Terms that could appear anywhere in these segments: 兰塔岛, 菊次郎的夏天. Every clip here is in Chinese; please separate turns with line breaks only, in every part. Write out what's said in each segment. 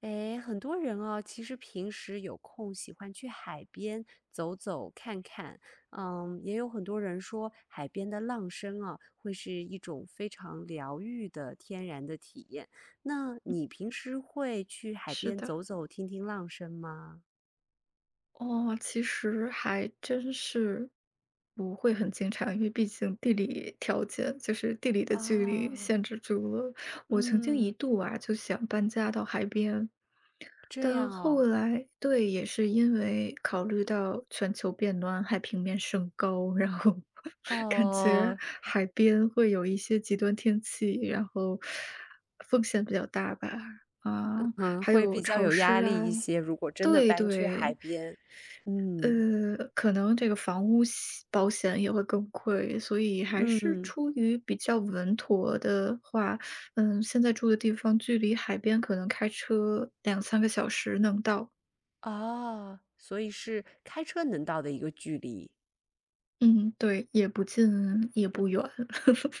诶，很多人哦，其实平时有空喜欢去海边走走看看，嗯，也有很多人说海边的浪声啊，会是一种非常疗愈的天然的体验。那你平时会去海
是
边
的，
走走，听听浪声吗？
哦，其实还真是不会很经常，因为毕竟地理条件，就是地理的距离
啊，
限制住了。我曾经一
嗯，
度啊，就想搬家到海边，
这
但
样
后
哦。
来，对，也是因为考虑到全球变暖，海平面升高，然后 感觉
哦，
海边会有一些极端天气，然后风险比较大吧，啊，
嗯，
还
会
有
比较
潮
有压
湿
力
啊，
一些，如果真的
对
搬去海
对。
边，嗯
可能这个房屋险保险也会更贵，所以还是
嗯。
出于比较稳妥的话，嗯，现在住的地方距离海边可能开车两三个小时能到。
哦，所以是开车能到的一个距离，
嗯，对，也不近也不远，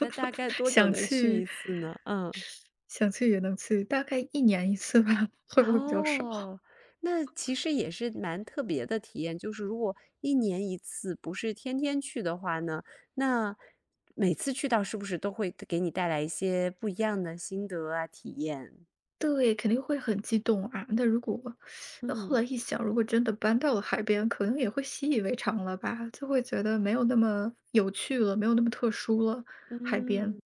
那大概 多久
想
能去
去
一次呢？嗯，
想去也能去，大概一年一次吧，会不会比较少？
哦，那其实也是蛮特别的体验，就是如果一年一次，不是天天去的话呢，那每次去到是不是都会给你带来一些不一样的心得啊，体验？
对，肯定会很激动啊。那如果那后
嗯
来一想，如果真的搬到了海边，可能也会习以为常了吧，就会觉得没有那么有趣了，没有那么特殊了。海边，
嗯，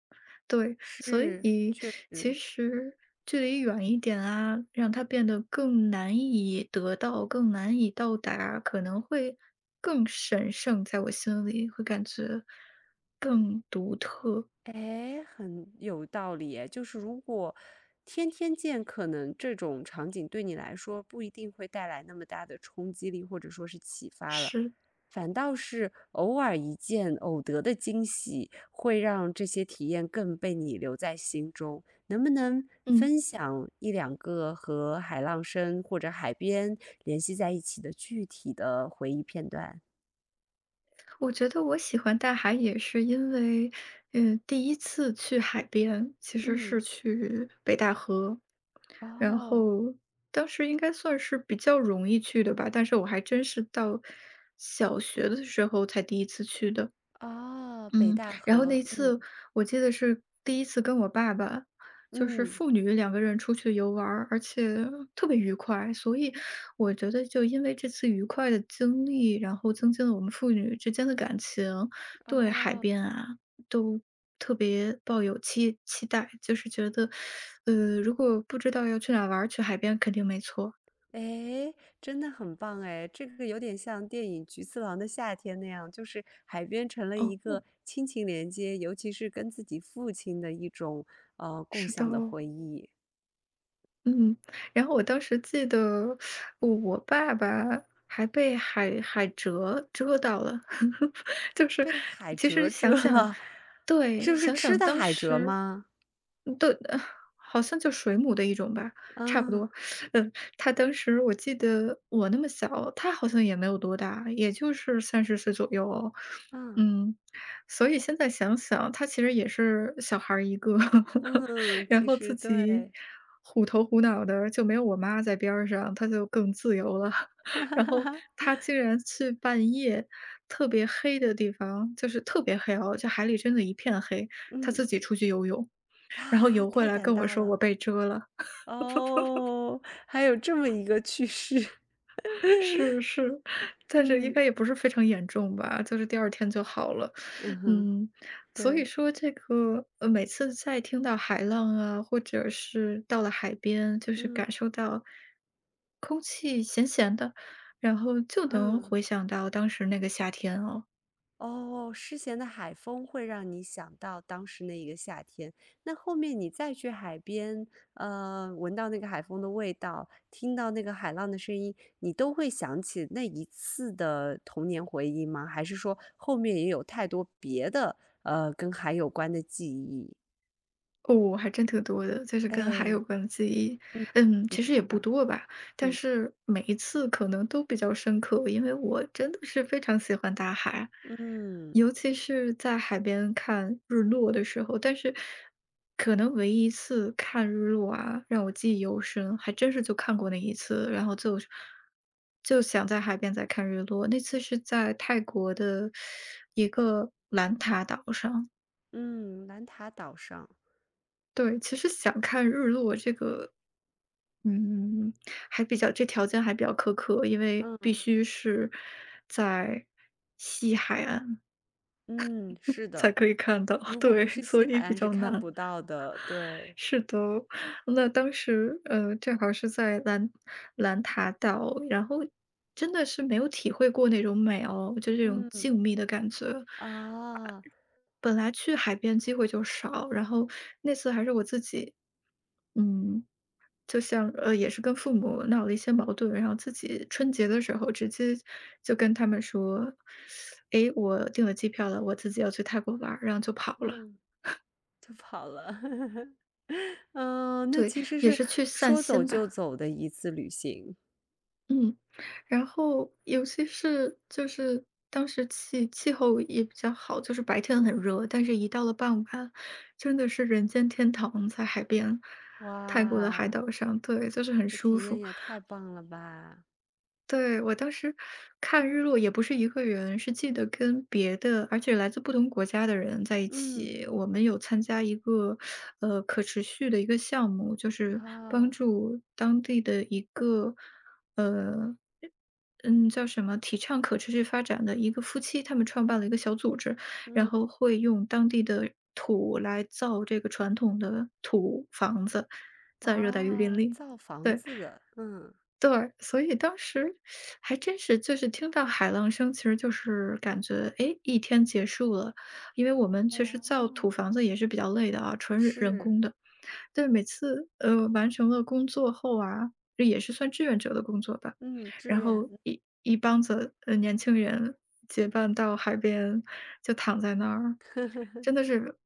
对，所
是
以其
是。
实距离远一点啊，让它变得更难以得到，更难以到达，可能会更神圣，在我心里会感觉更独特。
哎，很有道理哎，就是如果天天见，可能这种场景对你来说不一定会带来那么大的冲击力，或者说是启发了，
是，
反倒是偶尔一见，偶得的惊喜，会让这些体验更被你留在心中。能不能
嗯。
分享一两个和海浪声或者海边联系在一起的具体的回忆片段？
我觉得我喜欢大海也是因为，嗯，第一次去海边其实是
嗯，
去北戴河，然
哦，
后当时应该算是比较容易去的吧，但是我还真是到小学的时候才第一次去的。
哦，北
嗯，
大
然后那
河，
一次
嗯
我记得是第一次跟我爸爸，就是
嗯。
父女2个人出去游玩儿，而且特别愉快，所以我觉得就因为这次愉快的经历，然后增进了我们父女之间的感情，对海
哦，
边啊都特别抱有期待，就是觉得，如果不知道要去哪儿玩儿，去海边肯定没错。
哎，真的很棒哎！这个有点像电影《菊次郎的夏天》那样，就是海边成了一
哦，
个亲情连接，尤其是跟自己父亲的一种共
是的。
享的回忆。
嗯，然后我当时记得我爸爸还被海蜇蛰到了，就是
被海
其
蜇
实想
蛰
想，
了，
对，
这是
想
吃
想
的
当
海蜇
时，
吗？
嗯对，好像就水母的一种吧，差不
嗯
多。嗯，他当时我记得我那么小，他好像也没有多大，也就是30岁左右哦
嗯
嗯，所以现在想想，他其实也是小孩儿一个，
嗯，
然
其
后
实
自己
对，
虎头虎脑的，就没有我妈在边儿上，他就更自由了。
哈 哈
然
哈
后
哈。
他竟然去半夜特别黑的地方，就是特别黑哦，就海里真的一片黑，他
嗯，
自己出去游泳，然后
他
游回
太
来
胆
跟我
大
说我
了
被蛰了。
哦，还有这么一个趣事，
是是，但是应
嗯
该也不是非常严重吧，就是第二天就好了。
嗯哼。
嗯，所以
对，
说这个，每次在听到海浪啊，或者是到了海边，就是
嗯
感受到空气咸咸的，然后就能
嗯，
回想到当时那个夏天哦。
哦，诗咸的海风会让你想到当时那一个夏天。那后面你再去海边，闻到那个海风的味道，听到那个海浪的声音，你都会想起那一次的童年回忆吗？还是说后面也有太多别的，跟海有关的记忆？
哦，还真挺多的，就是跟海
哎，
有关的记忆，
嗯，
嗯，
你
其实也
想
不
想，
多吧，但
嗯
是每一次可能都比较深刻，因为我真的是非常喜欢大海，
嗯
尤其是在海边看日落的时候。但是，可能唯一一次看日落啊，让我记忆犹深，还真是就看过那一次，然后就想在海边再看日落。那次是在泰国的一个兰塔岛上。
嗯，兰塔岛上，
对，其实想看日落这个嗯嗯嗯还比较条件还比较苛刻，因为必
嗯。
须是在西海岸
嗯，是
才
的，
可以看到，
如 果
对，
不是西
所
海
以比
岸是嗯
较
看
难。
不到的，对，
是的，那当时，正好是在兰塔岛，然后真的是没有体会过那种美哦，就这种
嗯，
静谧的感觉。
啊，
本来去海边机会就少，然后那次还是我自己，嗯，就像也是跟父母闹了一些矛盾，然后自己春节的时候直接就跟他们说："诶，我订了机票了，我自己要去泰国玩儿。"然后就跑了。
嗯。就跑了。嗯，那
对，
其实
也
是
是去散
说走
心
就
吧。
走的一次旅行。
嗯，然后尤其是就是当时气候也比较好，就是白天
嗯，
很热，但是一到了傍晚，真的是人间天堂，在海边，泰国的海岛
哇，
上，对，就是很
这
舒
体验
服。
也太棒了吧。
对，我当时看日落也不是一个人，是记得跟别的，而且来自不同国家的人在一
嗯，
起。我们有参加一个可持续的一个项目，就是帮
啊，
助当地的一个呃嗯叫什么提倡可持续发展的一个夫妻，他们创办了一个小组织，然
嗯，
后会用当地的土来造这个传统的土房子，在热带雨林
啊，
里。
造房
对，
子的，嗯，
对，所以当时还真是就是听到海浪声，其实就是感觉，哎，一天结束了。因为我们确实造土
哦，
房子也是比较累的啊，纯人人
是，
工的。对，每次，完成了工作后啊，这也是算志愿者的工作吧，
嗯，志
然
愿，
后一帮子，年轻人结伴到海边，就躺在那儿，真的是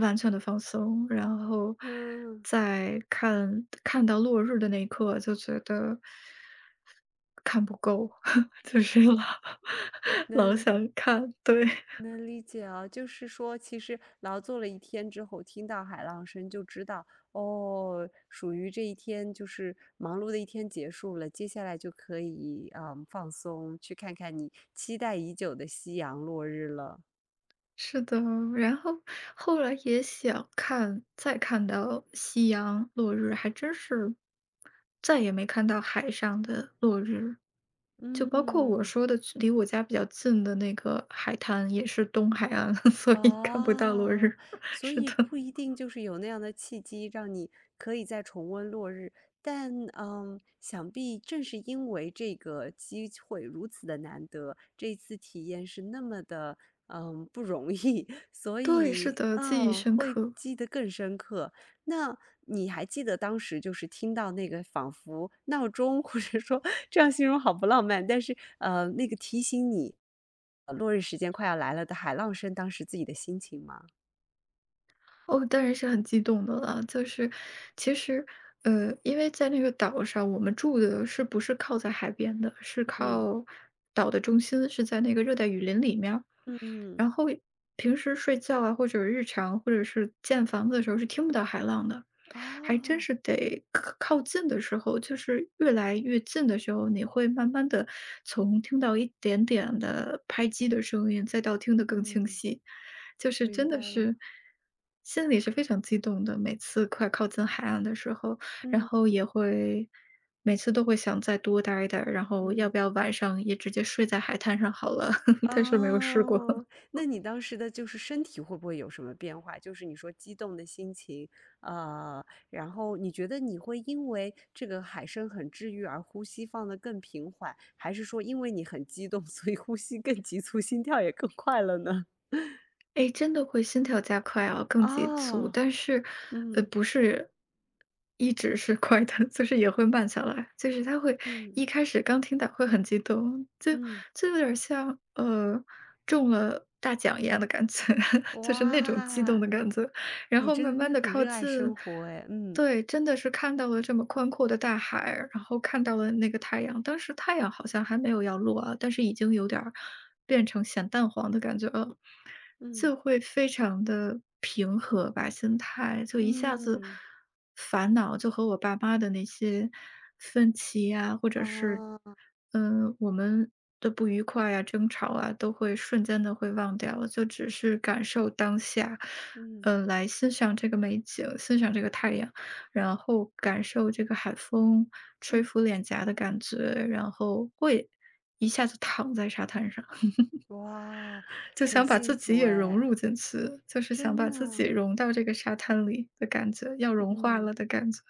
完全的放松。然后
嗯，
在看到落日的那一刻就觉得看不够，就是老 老
能
想看，对。
能理解啊，就是说，其实劳作了一天之后，听到海浪声就知道，哦，属于这一天就是忙碌的一天结束了，接下来就可以嗯放松，去看看你期待已久的夕阳落日了。
是的，然后后来也想看，再看到夕阳落日，还真是再也没看到海上的落日。就包括我
嗯。
说的，离我家比较近的那个海滩，也是东海岸，所以看不到落
哦，
日。
所
是
以
的，
不一定就是有那样的契机，让你可以再重温落日。但嗯，想必正是因为这个机会如此的难得，这次体验是那么的嗯不容易，所
对，是
以
的，记忆
嗯
深
会
刻。
记得更深刻。那你还记得当时就是听到那个仿佛闹钟，或者说这样形容好不浪漫，但是，那个提醒你，落日时间快要来了的海浪声，当时自己的心情吗？
哦，当然是很激动的了。就是其实，因为在那个岛上，我们住的是不是靠在海边的，是
嗯
靠岛的中心，是在那个热带雨林里面儿。
嗯，
然后平时睡觉啊，或者日常，或者是建房子的时候是听不到海浪的，还真
哦，
是得靠近的时候，就是越来越近的时候，你会慢慢的从听到一点点的拍击的声音，再到听得更清
嗯，
晰，就是
明
真
白
的
了，
是心里是非常激动的。每次快靠近海岸的时候，然
嗯
后也会每次都会想再多待一待，然后要
嗯。
不要晚上也直接睡在海滩上好了，但是没有试过。
哦，那你当时的就是身体会不会有什么变化？就是你说激动的心情，呃，然后你觉得你会因为这个海声很治愈而呼吸放得更平缓，还是说因为你很激动，所以呼吸更急促，心跳也更快了呢？
哎，真的会心跳加快啊，更急促，
哦，
但是，
嗯
不是一直是快的，就是也会慢下来。就是他会
嗯
一开始刚听到会很激动，就
嗯，
有点像中了大奖一样的感觉，就是那种激动
哇，
的感觉。然
你
后慢
真
慢的
的很
靠
热爱
近，
生活诶，嗯
对，真的是看到了这么宽阔的大海，然后看到了那个太阳。当时太阳好像还没有要落啊，但是已经有点儿变成咸淡黄的感觉了，
嗯
就会非常的平和吧，心态就一下子
嗯，
烦恼就和我爸妈的那些分歧呀，或者是，
哦，
嗯，我们的不愉快呀、争吵啊，都会瞬间的会忘掉，就只是感受当下。
嗯
来欣赏这个美景，欣赏这个太阳，然后感受这个海风吹
嗯，
拂脸颊的感觉，然后会一下子躺在沙滩上，
哇，
就
很
想把
幸
自己
福
也
诶。
融入进去，就是想
真
把
的
自己
啊，
融到这个沙滩里的感觉，要融化
嗯，
了的感觉。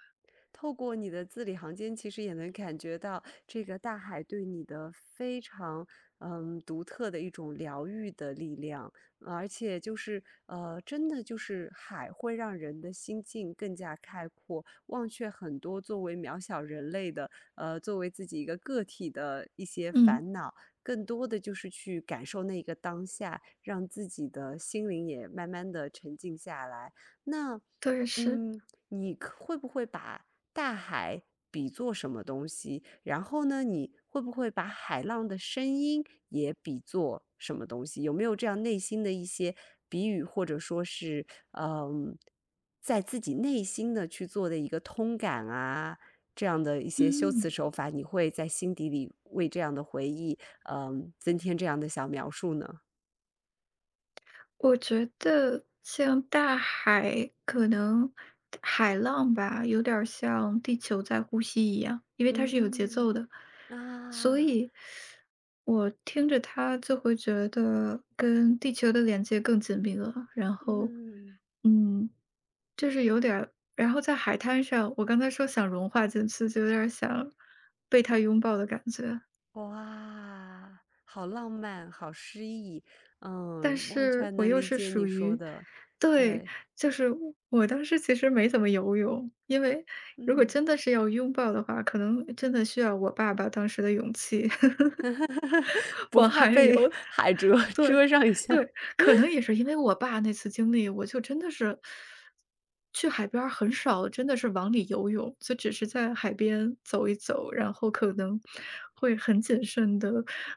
透过你的字里行间，其实也能感觉到这个大海对你的非常嗯独特的一种疗愈的力量，而且就是真的就是海会让人的心境更加开阔，忘却很多作为渺小人类的作为自己一个个体的一些
嗯，
烦恼，更多的就是去感受那个当下，让自己的心灵也慢慢的沉静下来。那。
对，是。
嗯，你可会不会把大海比作什么东西？然后呢，你会不会把海浪的声音也比作什么东西？有没有这样内心的一些比喻，或者说是嗯，在自己内心的去做的一个通感啊，这样的一些修
嗯。
辞手法，你会在心底里为这样的回忆，嗯，增添这样的小描述呢？
我觉得像大海，可能海浪吧，有点儿像地球在呼吸一样，因为它是有节
嗯
奏的，所
啊，
以我听着它就会觉得跟地球的连接更紧密了。然后，
嗯。
嗯，就是有点儿，然后在海滩上，我刚才说想融化进去，就有点儿想被它拥抱的感觉。
哇，好浪漫，好诗意，
但
嗯，完
是
全
我
能
又
理
是
解你
属
说
于
的，
对，
对，
就是我当时其实没怎么游泳，因为如果
嗯，
真的是要拥抱的话，可能真的需要我爸爸当时的勇气
不
往
怕
海里
被
游的
海蜇
对，
蜇上一下。
对，可能也是因为我爸那次经历，我就真的是去海边儿很少，真的是往里游泳，就只是在海边走一走，然后可能会很谨慎的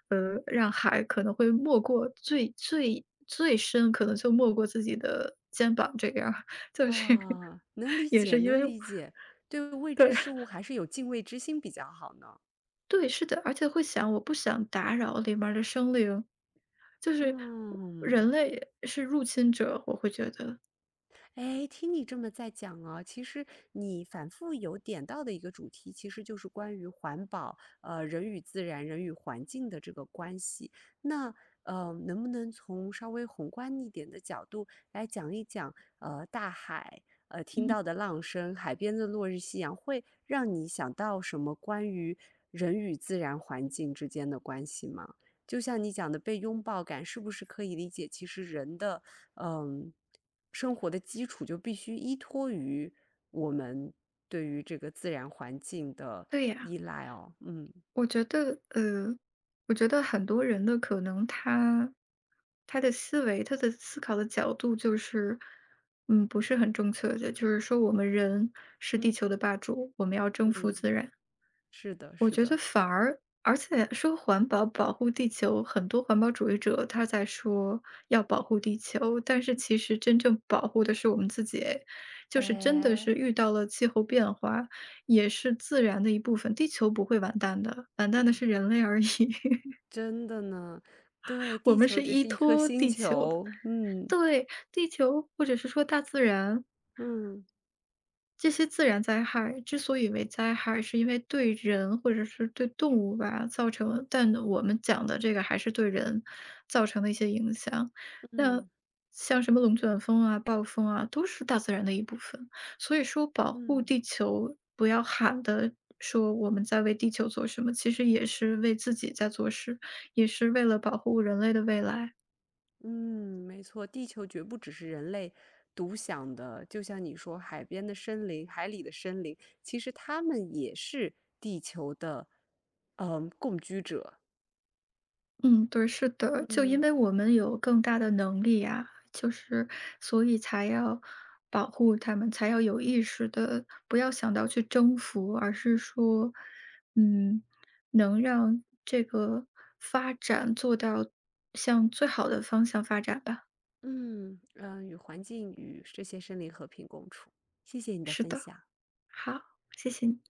让海可能会没过最深可能就没过自己的肩膀这样儿，就是
啊，能理
也
解，
是因为
能理解，对未知
对，
事物还是有敬畏之心比较好呢。
对，是的，而且会想我不想打扰里面儿的生灵，就是
嗯。
人类是入侵者，我会觉得，
哎，听你这么在讲哦，其实你反复有点到的一个主题，其实就是关于环保，人与自然、人与环境的这个关系。那能不能从稍微宏观一点的角度来讲一讲，大海，听
嗯，
到的浪声，海边的落日夕阳，会让你想到什么关于人与自然环境之间的关系吗？就像你讲的被拥抱感，是不是可以理解？其实人的嗯，生活的基础就必须依托于我们对于这个自然环境的
对呀。
依赖哦。嗯
我觉得，呃，我觉得很多人的可能他的思维，他的思考的角度就是，嗯，不是很正确的。就是说，我们人是
嗯
地球的霸主，我们要征服
嗯，
自然。
是的，
我
是
觉
的。
得而且说环保保护地球，很多环保主义者他在说要保护地球，但是其实真正保护的是我们自己就是真的
哎，
是遇到了气候变化，也是自然的一部分，地球不会完蛋的，完蛋的
嗯，
是人类而已，
真的呢。对，
我
地
们
球
是
只
依
是一颗
托
星
地球的。
球。嗯
对，地球或者是说大自然
嗯
这些自然灾害之所以为灾害，是因为对人或者是对动物吧造
嗯
成，但我们讲的这个还是对人造成的一些影响。那
嗯
像什么龙卷风啊、暴风啊，都是大自然的一部分。所以说，保护
嗯。
地球，不要喊的说我们在为地球做什么，其实也是为自己在做事，也是为了保护人类的未来。
嗯，没错，地球绝不只是人类独享的。就像你说，海边的森林、海里的森林，其实他们也是地球的，嗯、共居者。
嗯，对，是的，就因
嗯
为我们有更大的能力呀，就是所以才要保护他们，才要有意识的，不要想到去征服，而是
嗯
说，嗯，能让这个发展做到向最好的方向发展吧。
嗯、呃与环境与这些森林和平共处。谢谢你的
是
分
的，
享。
好，谢谢你。